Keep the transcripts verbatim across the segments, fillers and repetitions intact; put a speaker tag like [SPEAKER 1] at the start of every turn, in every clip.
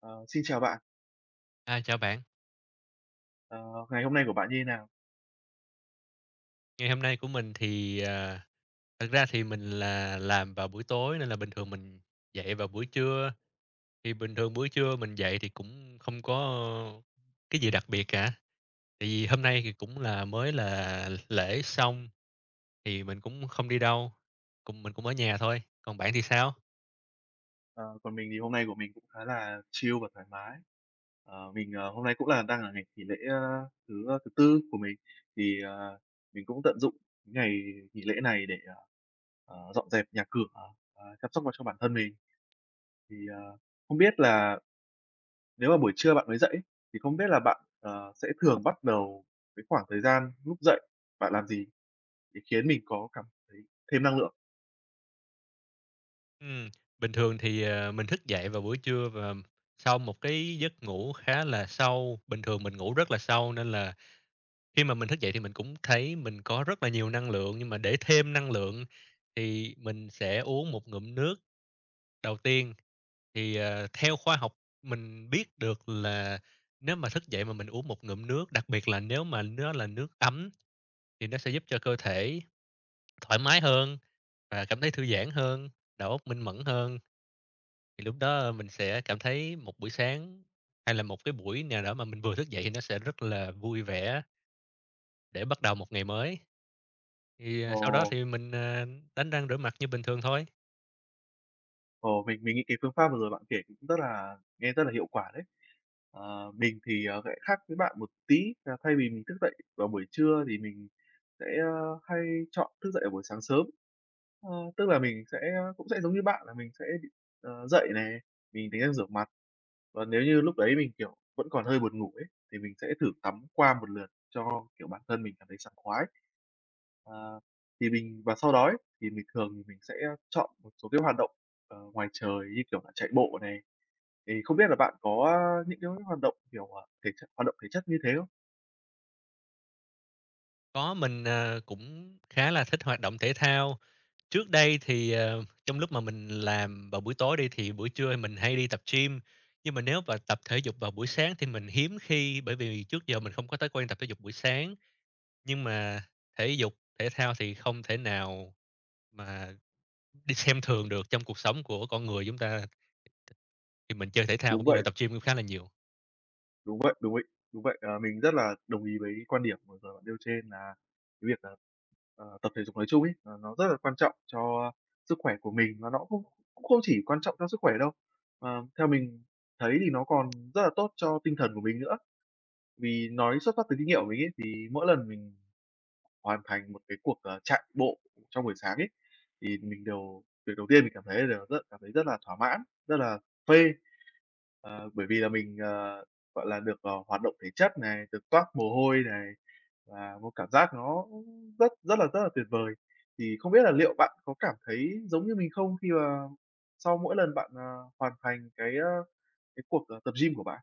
[SPEAKER 1] Ờ, Xin chào bạn.
[SPEAKER 2] À, chào bạn.
[SPEAKER 1] Ờ, Ngày hôm nay của bạn như thế nào?
[SPEAKER 2] Ngày hôm nay của mình thì, ờ, thật ra thì mình là làm vào buổi tối nên là bình thường mình dậy vào buổi trưa. Thì bình thường buổi trưa mình dậy thì cũng không có, cái gì đặc biệt cả. Tại vì hôm nay thì cũng là mới là lễ xong, thì mình cũng không đi đâu, cũng mình cũng ở nhà thôi. Còn bạn thì sao?
[SPEAKER 1] Ờ, Còn mình thì hôm nay của mình cũng khá là chill và thoải mái. Ờ, mình, ờ, hôm nay cũng là đang là ngày nghỉ lễ, ơ, thứ, ờ, thứ Tư của mình, thì, ờ, mình cũng tận dụng cái ngày nghỉ lễ này để, ờ, ờ, dọn dẹp nhà cửa, ờ, chăm sóc vào cho bản thân mình. Thì, ờ, không biết là nếu mà buổi trưa bạn mới dậy thì không biết là bạn, ờ, sẽ thường bắt đầu cái khoảng thời gian lúc dậy, bạn làm gì để khiến mình có cảm thấy thêm năng lượng?
[SPEAKER 2] Ừm, Bình thường thì, ờ, mình thức dậy vào buổi trưa và sau một cái giấc ngủ khá là sâu. Bình thường mình ngủ rất là sâu nên là khi mà mình thức dậy thì mình cũng thấy mình có rất là nhiều năng lượng, nhưng mà để thêm năng lượng thì mình sẽ uống một ngụm nước đầu tiên. Thì, ờ, theo khoa học mình biết được là nếu mà thức dậy mà mình uống một ngụm nước, đặc biệt là nếu mà nó là nước ấm thì nó sẽ giúp cho cơ thể thoải mái hơn và cảm thấy thư giãn hơn, đầu óc minh mẫn hơn. Thì lúc đó mình sẽ cảm thấy một buổi sáng hay là một cái buổi nào đó mà mình vừa thức dậy thì nó sẽ rất là vui vẻ để bắt đầu một ngày mới. Thì,
[SPEAKER 1] Ờ.
[SPEAKER 2] ờ, sau đó thì mình, ờ, đánh răng rửa mặt như bình thường thôi.
[SPEAKER 1] Ồ, mình mình nghĩ cái phương pháp vừa rồi bạn kể cũng rất là nghe rất là hiệu quả đấy. Ờ, mình thì, ờ, sẽ khác với bạn một tí là thay vì mình thức dậy vào buổi trưa thì mình sẽ, ơ, hay chọn thức dậy vào buổi sáng sớm. Ờ, Tức là mình sẽ ờ, cũng sẽ giống như bạn là mình sẽ ờ, dậy này, mình đánh răng rửa mặt, và nếu như lúc đấy mình, kiểu, vẫn còn hơi buồn ngủ ấy, thì mình sẽ thử tắm qua một lượt cho, kiểu, bản thân mình cảm thấy sảng khoái. À, thì mình và sau đó ấy, thì mình thường thì mình sẽ chọn một số cái hoạt động, ờ, ngoài trời như kiểu là chạy bộ này. Thì không biết là bạn có, những cái hoạt động, kiểu, à, thể chất hoạt động thể chất như thế không?
[SPEAKER 2] Có mình, ờ, cũng khá là thích hoạt động thể thao. Trước đây thì, ờ, trong lúc mà mình làm vào buổi tối đi thì buổi trưa mình hay đi tập gym, nhưng mà nếu mà tập thể dục vào buổi sáng thì mình hiếm khi, bởi vì trước giờ mình không có thói quen tập thể dục buổi sáng. Nhưng mà thể dục, thể thao thì không thể nào mà đi xem thường được trong cuộc sống của con người chúng ta, thì mình chơi thể thao
[SPEAKER 1] Đúng
[SPEAKER 2] cũng như là
[SPEAKER 1] vậy,
[SPEAKER 2] tập gym cũng khá là nhiều.
[SPEAKER 1] đúng vậy, đúng vậy, đúng vậy. Ờ, mình rất là đồng ý với quan điểm vừa rồi bạn nêu trên là cái việc là, ờ, tập thể dục nói chung ấy, ờ, nó rất là quan trọng cho sức khỏe của mình và nó cũng cũng không chỉ quan trọng cho sức khỏe đâu, mà theo mình thấy thì nó còn rất là tốt cho tinh thần của mình nữa. Vì nói xuất phát từ kinh nghiệm của mình ấy, thì mỗi lần mình hoàn thành một cái cuộc, ờ, chạy bộ trong buổi sáng ấy, thì mình đều việc đầu tiên mình cảm thấy là đều rất cảm thấy rất là thỏa mãn, rất là phê. Ờ, bởi vì là mình, ờ, gọi là, được, ờ, hoạt động thể chất này, được toát mồ hôi này, và một cảm giác nó rất rất là rất là tuyệt vời. Thì không biết là liệu bạn có cảm thấy giống như mình không khi mà sau mỗi lần bạn, ờ, hoàn thành cái, ơ, cái cuộc, ờ, tập gym của bạn?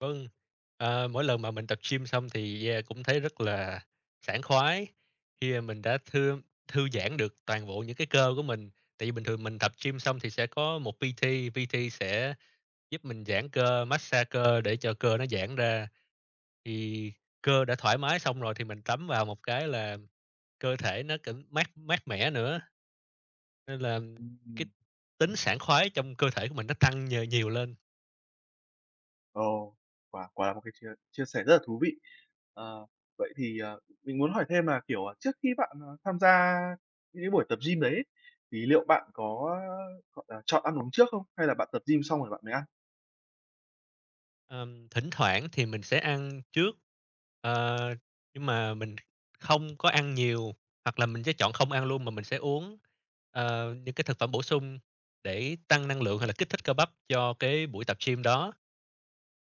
[SPEAKER 2] Vâng, ờ, mỗi lần mà mình tập gym xong thì, à, cũng thấy rất là sảng khoái khi mà mình đã thư thư giãn được toàn bộ những cái cơ của mình. Tại vì bình thường mình tập gym xong thì sẽ có một pê tê, pê tê sẽ giúp mình giãn cơ, massage cơ để cho cơ nó giãn ra. Thì cơ đã thoải mái xong rồi thì mình tắm vào một cái là cơ thể nó cảm mát mát mẻ nữa, nên là cái
[SPEAKER 1] Ừm.
[SPEAKER 2] tính sảng khoái trong cơ thể của mình nó tăng nhờ nhiều lên.
[SPEAKER 1] Ồ, quả quả là một cái chia chia sẻ rất là thú vị. Ờ, Vậy thì, ờ, mình muốn hỏi thêm là, kiểu, à, trước khi bạn, ờ, tham gia những cái buổi tập gym đấy ấy, thì liệu bạn có, gọi là, chọn ăn uống trước không? Hay là bạn tập gym xong rồi bạn mới ăn?
[SPEAKER 2] Ờm, thỉnh thoảng thì mình sẽ ăn trước, ờ, nhưng mà mình không có ăn nhiều, hoặc là mình sẽ chọn không ăn luôn mà mình sẽ uống, ờ, những cái thực phẩm bổ sung để tăng năng lượng hay là kích thích cơ bắp cho cái buổi tập gym đó.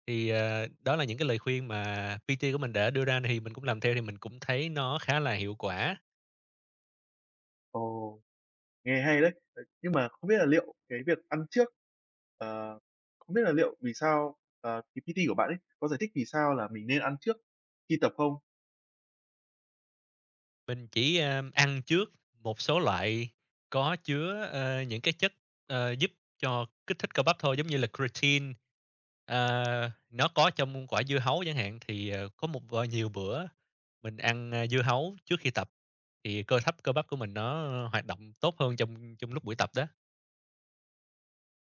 [SPEAKER 2] Thì, ờ, đó là những cái lời khuyên mà pê tê của mình đã đưa ra thì mình cũng làm theo thì mình cũng thấy nó khá là hiệu quả.
[SPEAKER 1] Ồ, nghe hay đấy. Ờ, nhưng mà không biết là liệu cái việc ăn trước, ờ, không biết là liệu vì sao, ờ, cái pê tê của bạn ấy có giải thích vì sao là mình nên ăn trước khi tập không?
[SPEAKER 2] Mình chỉ, a, ăn trước một số loại có chứa, ơ, những cái chất, ờ, giúp cho kích thích cơ bắp thôi, giống như là creatine, ờ, nó có trong quả dưa hấu chẳng hạn. Thì, ờ, có một v nhiều bữa mình ăn, a, dưa hấu trước khi tập thì cơ thấp cơ bắp của mình nó hoạt động tốt hơn trong trong lúc buổi tập đó.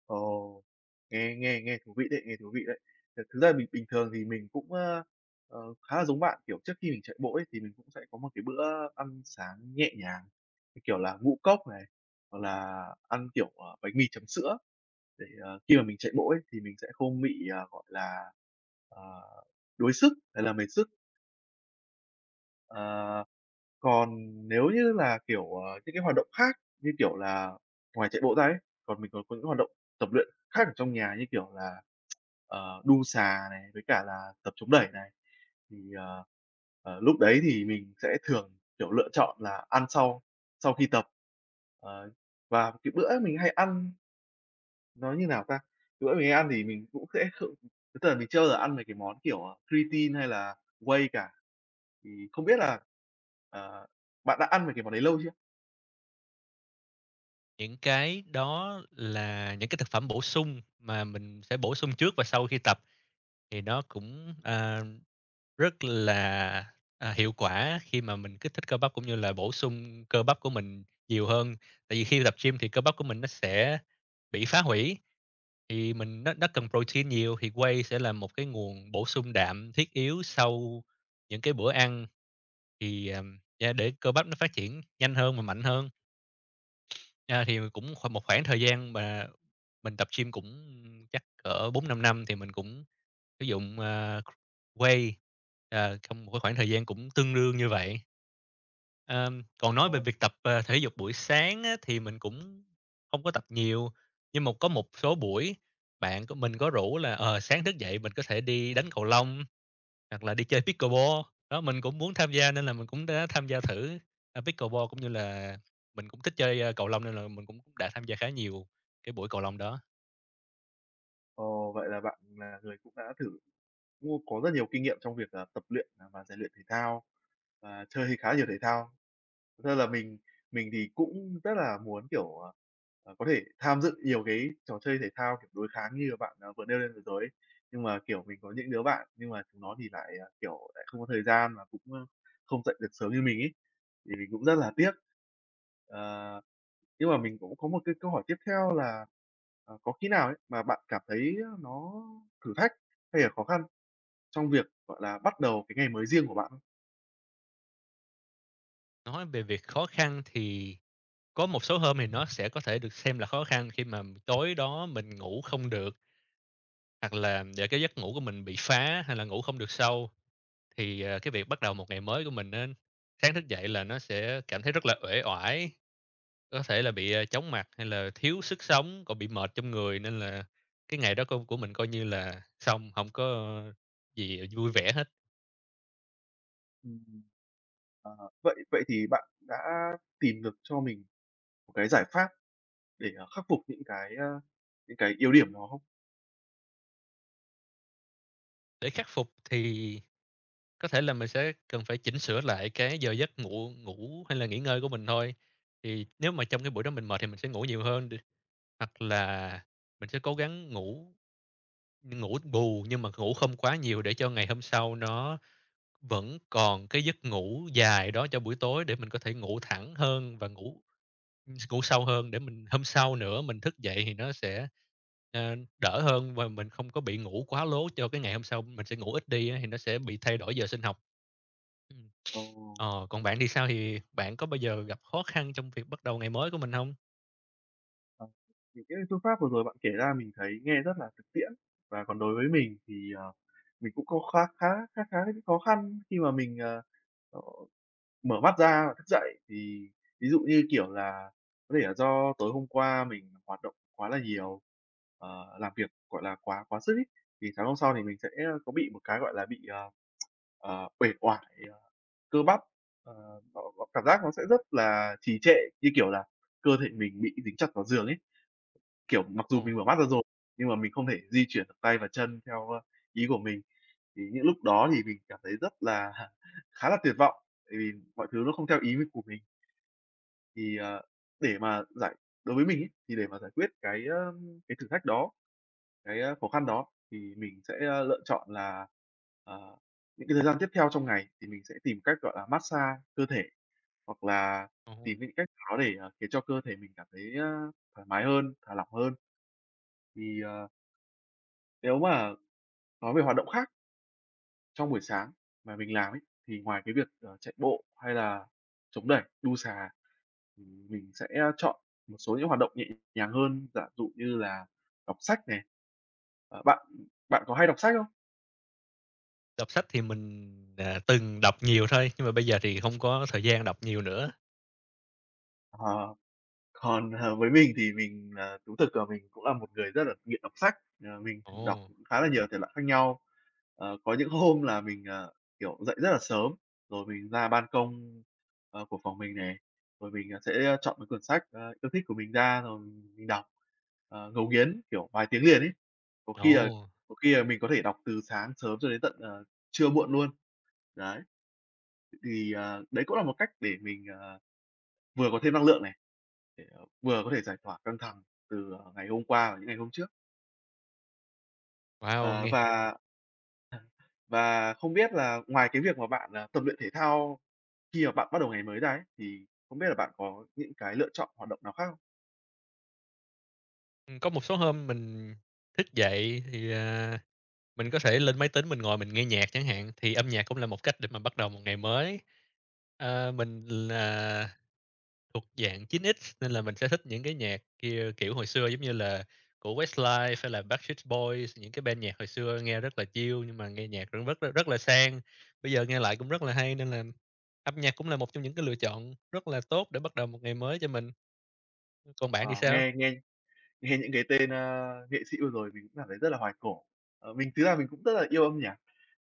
[SPEAKER 1] Ồ, nghe nghe nghe thú vị đấy, nghe thú vị đấy. Thật thực ra bình bình thường thì mình cũng, ơ, ờ, khá là giống bạn, kiểu, trước khi mình chạy bộ ấy thì mình cũng sẽ có một cái bữa ăn sáng nhẹ nhàng, như kiểu là ngũ cốc này, hoặc là ăn, kiểu, ờ, bánh mì chấm sữa để, ờ, khi mà mình chạy bộ ấy thì mình sẽ không bị, à, gọi là, ờ, đuối sức hay là mệt sức. Ờ. Còn nếu như là, kiểu, ờ, những cái hoạt động khác như kiểu là ngoài chạy bộ ra ấy, còn mình còn có những hoạt động tập luyện khác ở trong nhà như kiểu là, ờ, đu xà này, với cả là tập chống đẩy này, thì, ờ, ờ, lúc đấy thì mình sẽ thường, kiểu, lựa chọn là ăn sau sau khi tập. Ờ, và cái bữa mình hay ăn. Nói như nào ta? Bữa mình ăn thì mình cũng sẽ không tức là mình chưa bao giờ ăn mấy cái món kiểu, ờ, creatine hay là whey cả. Thì không biết là, ờ, bạn đã ăn mấy cái món đấy lâu chưa?
[SPEAKER 2] Những cái đó là những cái thực phẩm bổ sung mà mình sẽ bổ sung trước và sau khi tập thì nó cũng, à, rất là, à, hiệu quả khi mà mình kích thích cơ bắp cũng như là bổ sung cơ bắp của mình nhiều hơn. Tại vì khi tập gym thì cơ bắp của mình nó sẽ bị phá hủy, thì mình nó nó cần protein nhiều thì whey sẽ là một cái nguồn bổ sung đạm thiết yếu sau những cái bữa ăn thì, ờm, yeah, để cơ bắp nó phát triển nhanh hơn và mạnh hơn. À, thì cũng khoảng một khoảng thời gian mà mình tập gym cũng chắc cỡ bốn năm năm thì mình cũng sử dụng, ờ, Way, ờ, trong một cái khoảng thời gian cũng tương đương như vậy. Ờm, còn nói về
[SPEAKER 1] Ồ,
[SPEAKER 2] việc tập, ờ, thể dục buổi sáng á, thì mình cũng không có tập nhiều, nhưng mà có một số buổi bạn của mình có rủ là, ờ, sáng thức dậy mình có thể đi đánh cầu lông hoặc là đi chơi pickleball. Đó, mình cũng muốn tham gia nên là mình cũng đã tham gia thử, a, pickleball cũng như là mình cũng thích chơi, a, cầu lông nên là mình cũng đã tham gia khá nhiều cái buổi cầu lông đó.
[SPEAKER 1] ồ, vậy là bạn là người cũng đã thử cũng có rất nhiều kinh nghiệm trong việc, ờ, tập luyện, à, và rèn luyện thể thao và chơi khá nhiều thể thao. Thật ra là mình mình thì cũng rất là muốn, kiểu, ờ, ờ, có thể tham dự nhiều cái trò chơi thể thao, kiểu, đối kháng như là bạn, à, vừa nêu lên vừa rồi ấy. Nhưng mà, kiểu, mình có những đứa bạn nhưng mà chúng nó thì lại, à, kiểu, lại không có thời gian và cũng, ơ, không dậy được sớm như mình ấy, thì mình cũng rất là tiếc. Ờ, nhưng mà mình cũng có một cái câu hỏi tiếp theo là, ờ, có khi nào ấy mà bạn cảm thấy nó thử thách hay là khó khăn trong việc, gọi là, bắt đầu cái ngày mới riêng của bạn không?
[SPEAKER 2] Nói về việc khó khăn thì có một số hôm thì nó sẽ có thể được xem là khó khăn khi mà tối đó mình ngủ không được, hoặc là để cái giấc ngủ của mình bị phá hay là ngủ không được sâu, thì, ờ, cái việc bắt đầu một ngày mới của mình nên sáng thức dậy là nó sẽ cảm thấy rất là uể oải, có thể là bị, ờ, chóng mặt hay là thiếu sức sống, còn bị mệt trong người nên là cái ngày đó cô của mình coi như là xong, không có gì vui vẻ hết.
[SPEAKER 1] Ừm. Ờ, vậy vậy thì bạn đã tìm được cho mình một cái giải pháp để, ờ, khắc phục những cái, a, những cái yếu điểm đó không?
[SPEAKER 2] Để khắc phục thì có thể là mình sẽ cần phải chỉnh sửa lại cái giờ giấc ngủ ngủ hay là nghỉ ngơi của mình thôi. Thì nếu mà trong cái buổi đó mình mệt thì mình sẽ ngủ nhiều hơn đi, hoặc là mình sẽ cố gắng ngủ ngủ bù nhưng mà ngủ không quá nhiều để cho ngày hôm sau nó vẫn còn cái giấc ngủ dài đó cho buổi tối để mình có thể ngủ thẳng hơn và ngủ ngủ sâu hơn để mình hôm sau nữa mình thức dậy thì nó sẽ, ờ, đỡ hơn và mình không có bị ngủ quá lố cho cái ngày hôm sau mình sẽ ngủ ít đi á, thì nó sẽ bị thay đổi giờ sinh học. Ừm,
[SPEAKER 1] Ờ,
[SPEAKER 2] ờ, còn bạn thì sao? Thì bạn có bao giờ gặp khó khăn trong việc bắt đầu ngày mới của mình không?
[SPEAKER 1] ờ, những cái phương pháp vừa rồi bạn kể ra mình thấy nghe rất là thực tiễn, và còn đối với mình thì, ờ, mình cũng có khá khá khá khá những khó khăn khi mà mình, ờ, ờ, mở mắt ra và thức dậy thì ví dụ như, kiểu là, có thể là do tối hôm qua mình hoạt động quá là nhiều, ờ, làm việc, gọi là, quá quá sức ấy, thì sáng hôm sau thì mình sẽ có bị một cái, gọi là, bị, ờ, ờ, uể oải, ờ, cơ bắp, ờ, nó nó cảm giác nó sẽ rất là trì trệ, như kiểu là cơ thể mình bị dính chặt vào giường ấy. Kiểu, mặc dù
[SPEAKER 2] Ồ,
[SPEAKER 1] mình mở mắt ra rồi nhưng mà mình không thể di chuyển được tay và chân theo, ơ, ý của mình. Thì những lúc đó thì mình cảm thấy rất là khá là tuyệt vọng, tại vì mọi thứ nó không theo ý mình của mình. Thì, ờ, để mà giải đối với mình ấy, thì để mà giải quyết cái, ơ, cái thử thách đó, cái, ơ, khó khăn đó thì mình sẽ, ơ, lựa chọn là, ờ, những cái thời gian tiếp theo trong ngày thì mình sẽ tìm cách, gọi là, massage cơ thể hoặc là
[SPEAKER 2] ồ.
[SPEAKER 1] tìm những cách nào đó để, ờ, khiến cho cơ thể mình cảm thấy, ơ, thoải mái hơn, thả lỏng hơn. Thì, ờ, nếu mà nói về hoạt động khác trong buổi sáng mà mình làm ấy, thì ngoài cái việc, ờ, chạy bộ hay là chống đẩy, đu xà, ừm, mình sẽ chọn một số những hoạt động nhẹ nhàng hơn, giả dụ như là đọc sách này. Ờ, bạn bạn có hay đọc sách không?
[SPEAKER 2] Đọc sách thì mình, à, từng đọc nhiều thôi, nhưng mà bây giờ thì không có thời gian đọc nhiều nữa.
[SPEAKER 1] Ờ. Còn, ờ, với mình thì mình là thú thực là mình cũng là một người rất là nghiện đọc sách, ờ, mình đọc
[SPEAKER 2] Ồ.
[SPEAKER 1] khá là nhiều thể loại khác nhau. Ờ, có những hôm là mình, ờ, kiểu, dậy rất là sớm, rồi mình ra ban công, ờ, của phòng mình này, rồi mình, ờ, sẽ ờ, chọn một cuốn sách, ờ, yêu thích của mình ra rồi mình mình đọc, ờ, ngấu nghiến, kiểu, vài tiếng liền ấy. Có khi là
[SPEAKER 2] Ồ,
[SPEAKER 1] có khi là mình có thể đọc từ sáng sớm cho đến tận, ờ, trưa muộn luôn. Đấy, thì, ờ, đấy cũng là một cách để mình, ờ, vừa có thêm năng lượng này để, ờ, vừa có thể giải tỏa căng thẳng từ, ờ, ngày hôm qua và những ngày hôm trước.
[SPEAKER 2] wow,
[SPEAKER 1] Ờ,
[SPEAKER 2] nghe
[SPEAKER 1] và và không biết là ngoài cái việc mà bạn, à, tập luyện thể thao khi mà bạn bắt đầu ngày mới ra ấy, thì không biết là bạn có những cái lựa chọn hoạt động nào khác không?
[SPEAKER 2] Ừm, có một số hôm mình thức dậy thì, à, mình có thể lên máy tính mình ngồi mình nghe nhạc chẳng hạn, thì âm nhạc cũng là một cách để mà bắt đầu một ngày mới. Ờ, mình là thuộc dạng chín x nên là mình sẽ thích những cái nhạc kia kiểu hồi xưa giống như là của Westlife hay là Backstreet Boys, những cái band nhạc hồi xưa nghe rất là chill nhưng mà nghe nhạc cũng rất rất rất là sang, bây giờ nghe lại cũng rất là hay nên là âm nhạc cũng là một trong những cái lựa chọn rất là tốt để bắt đầu một ngày mới cho mình. Còn bạn thì
[SPEAKER 1] Ờ,
[SPEAKER 2] sao?
[SPEAKER 1] nghe nghe nghe những cái tên, a, nghệ sĩ vừa rồi mình cũng cảm thấy rất là hoài cổ. Ờ, mình Thứ ra mình cũng rất là yêu âm nhạc.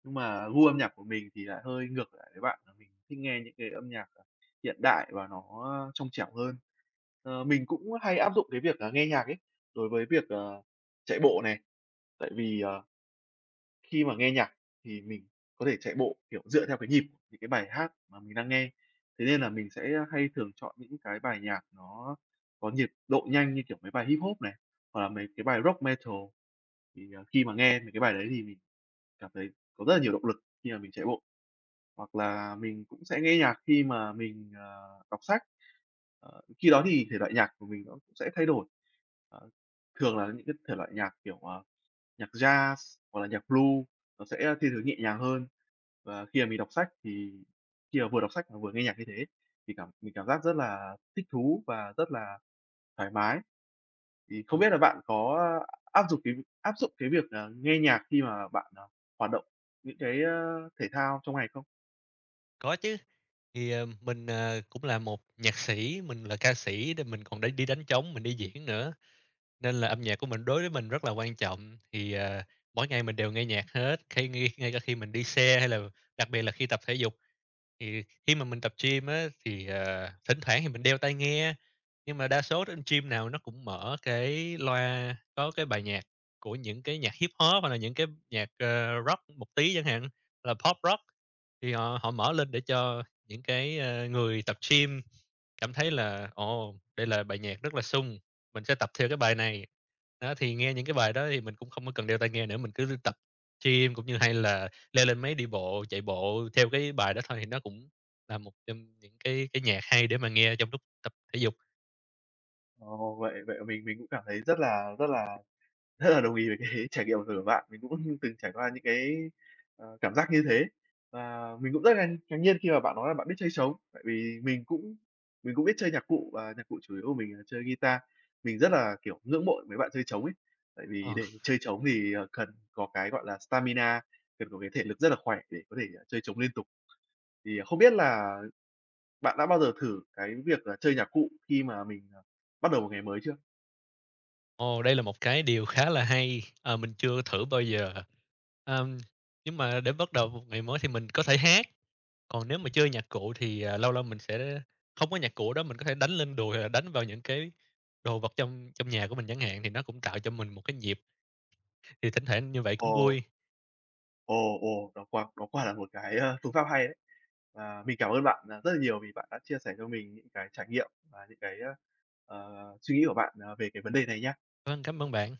[SPEAKER 1] Nhưng mà gu âm nhạc của mình thì lại hơi ngược lại với bạn, là mình thích nghe những cái âm nhạc, à, hiện đại và nó trong trẻo hơn. Ờ, mình cũng hay áp dụng cái việc là nghe nhạc ấy, đối với việc, ờ, chạy bộ này, tại vì, ờ, khi mà nghe nhạc thì mình có thể chạy bộ, kiểu, dựa theo cái nhịp của những cái bài hát mà mình đang nghe. Thế nên là mình sẽ hay thường chọn những cái bài nhạc nó có nhịp độ nhanh như kiểu mấy bài hip hop này, hoặc là mấy cái bài rock metal, thì, à, khi mà nghe mấy cái bài đấy thì mình cảm thấy có rất là nhiều động lực khi mà mình chạy bộ. Hoặc là mình cũng sẽ nghe nhạc khi mà mình, ờ, đọc sách. Ờ, khi đó thì thể loại nhạc của mình nó cũng sẽ thay đổi. Ờ, Thường là những cái thể loại nhạc, kiểu, ờ, nhạc jazz hoặc là nhạc blues, nó sẽ thiên hướng nhẹ nhàng hơn. Và khi mà mình đọc sách thì khi mà vừa đọc sách mà vừa nghe nhạc như thế thì cảm mình cảm giác rất là thích thú và rất là thoải mái. Thì không
[SPEAKER 2] Ờ,
[SPEAKER 1] biết là bạn có áp dụng cái áp dụng cái việc, ờ, nghe nhạc khi mà bạn, ờ, hoạt động những cái, ơ, thể thao trong ngày không?
[SPEAKER 2] có chứ. Thì, ờ, mình, ờ, cũng là một nhạc sĩ, mình là ca sĩ nên mình còn đi đi đánh trống, mình đi diễn nữa, nên là âm nhạc của mình đối với mình rất là quan trọng. Thì, ờ, mỗi ngày mình đều nghe nhạc hết, khi ngay ngay cả khi mình đi xe hay là đặc biệt là khi tập thể dục. Thì khi mà mình tập gym á, thì, ờ, thỉnh thoảng thì mình đeo tai nghe. Nhưng mà đa số trên gym nào nó cũng mở cái loa có cái bài nhạc của những cái nhạc hip-hop hoặc là những cái nhạc, ờ, rock một tí chẳng hạn, là pop rock, thì họ họ mở lên để cho những cái, ơ, người tập gym cảm thấy là "Ồ, đây là bài nhạc rất là sung, mình sẽ tập theo cái bài này." Đó, thì nghe những cái bài đó thì mình cũng không có cần đeo tai nghe nữa, mình cứ tập gym cũng như hay là leo lên máy đi bộ, chạy bộ theo cái bài đó thôi, thì nó cũng là một trong những cái cái nhạc hay để mà nghe trong lúc tập thể dục.
[SPEAKER 1] Ồ, vậy vậy mình mình cũng cảm thấy rất là rất là rất là đồng ý với cái trải nghiệm của bạn. Mình cũng từng trải qua những cái, ờ, cảm giác như thế. Và mình cũng rất là ngạc nhiên khi mà bạn nói là bạn biết chơi trống, tại vì mình cũng mình cũng biết chơi nhạc cụ và nhạc cụ chủ yếu của mình là chơi guitar. Mình rất là, kiểu, ngưỡng mộ mấy bạn chơi trống ấy, tại vì
[SPEAKER 2] Ờ.
[SPEAKER 1] để chơi trống thì, ờ, cần có cái, gọi là, stamina, cần có cái thể lực rất là khỏe để có thể, ờ, chơi trống liên tục. Thì ờ, không biết là bạn đã bao giờ thử cái việc là chơi nhạc cụ khi mà mình, ờ, bắt đầu một ngày mới chưa?
[SPEAKER 2] Ồ, đây là một cái điều khá là hay, ờ, mình chưa thử bao giờ. Ờm, nhưng mà để bắt đầu một ngày mới thì mình có thể hát, còn nếu mà chơi nhạc cụ thì, à, lâu lâu mình sẽ không có nhạc cụ đó, mình có thể đánh lên đùi hoặc là đánh vào những cái đồ vật trong trong nhà của mình chẳng hạn, thì nó cũng tạo cho mình một cái nhịp, thì thỉnh thoảng như vậy cũng
[SPEAKER 1] Ồ,
[SPEAKER 2] vui.
[SPEAKER 1] ồ, ồ, đó quả đó quả là một cái, ơ, phương pháp hay đấy. Và mình cảm ơn bạn, à, rất là nhiều vì bạn đã chia sẻ cho mình những cái trải nghiệm và những cái, ơ, ờ, suy nghĩ của bạn, ờ, về cái vấn đề này nha.
[SPEAKER 2] Vâng, cảm ơn bạn.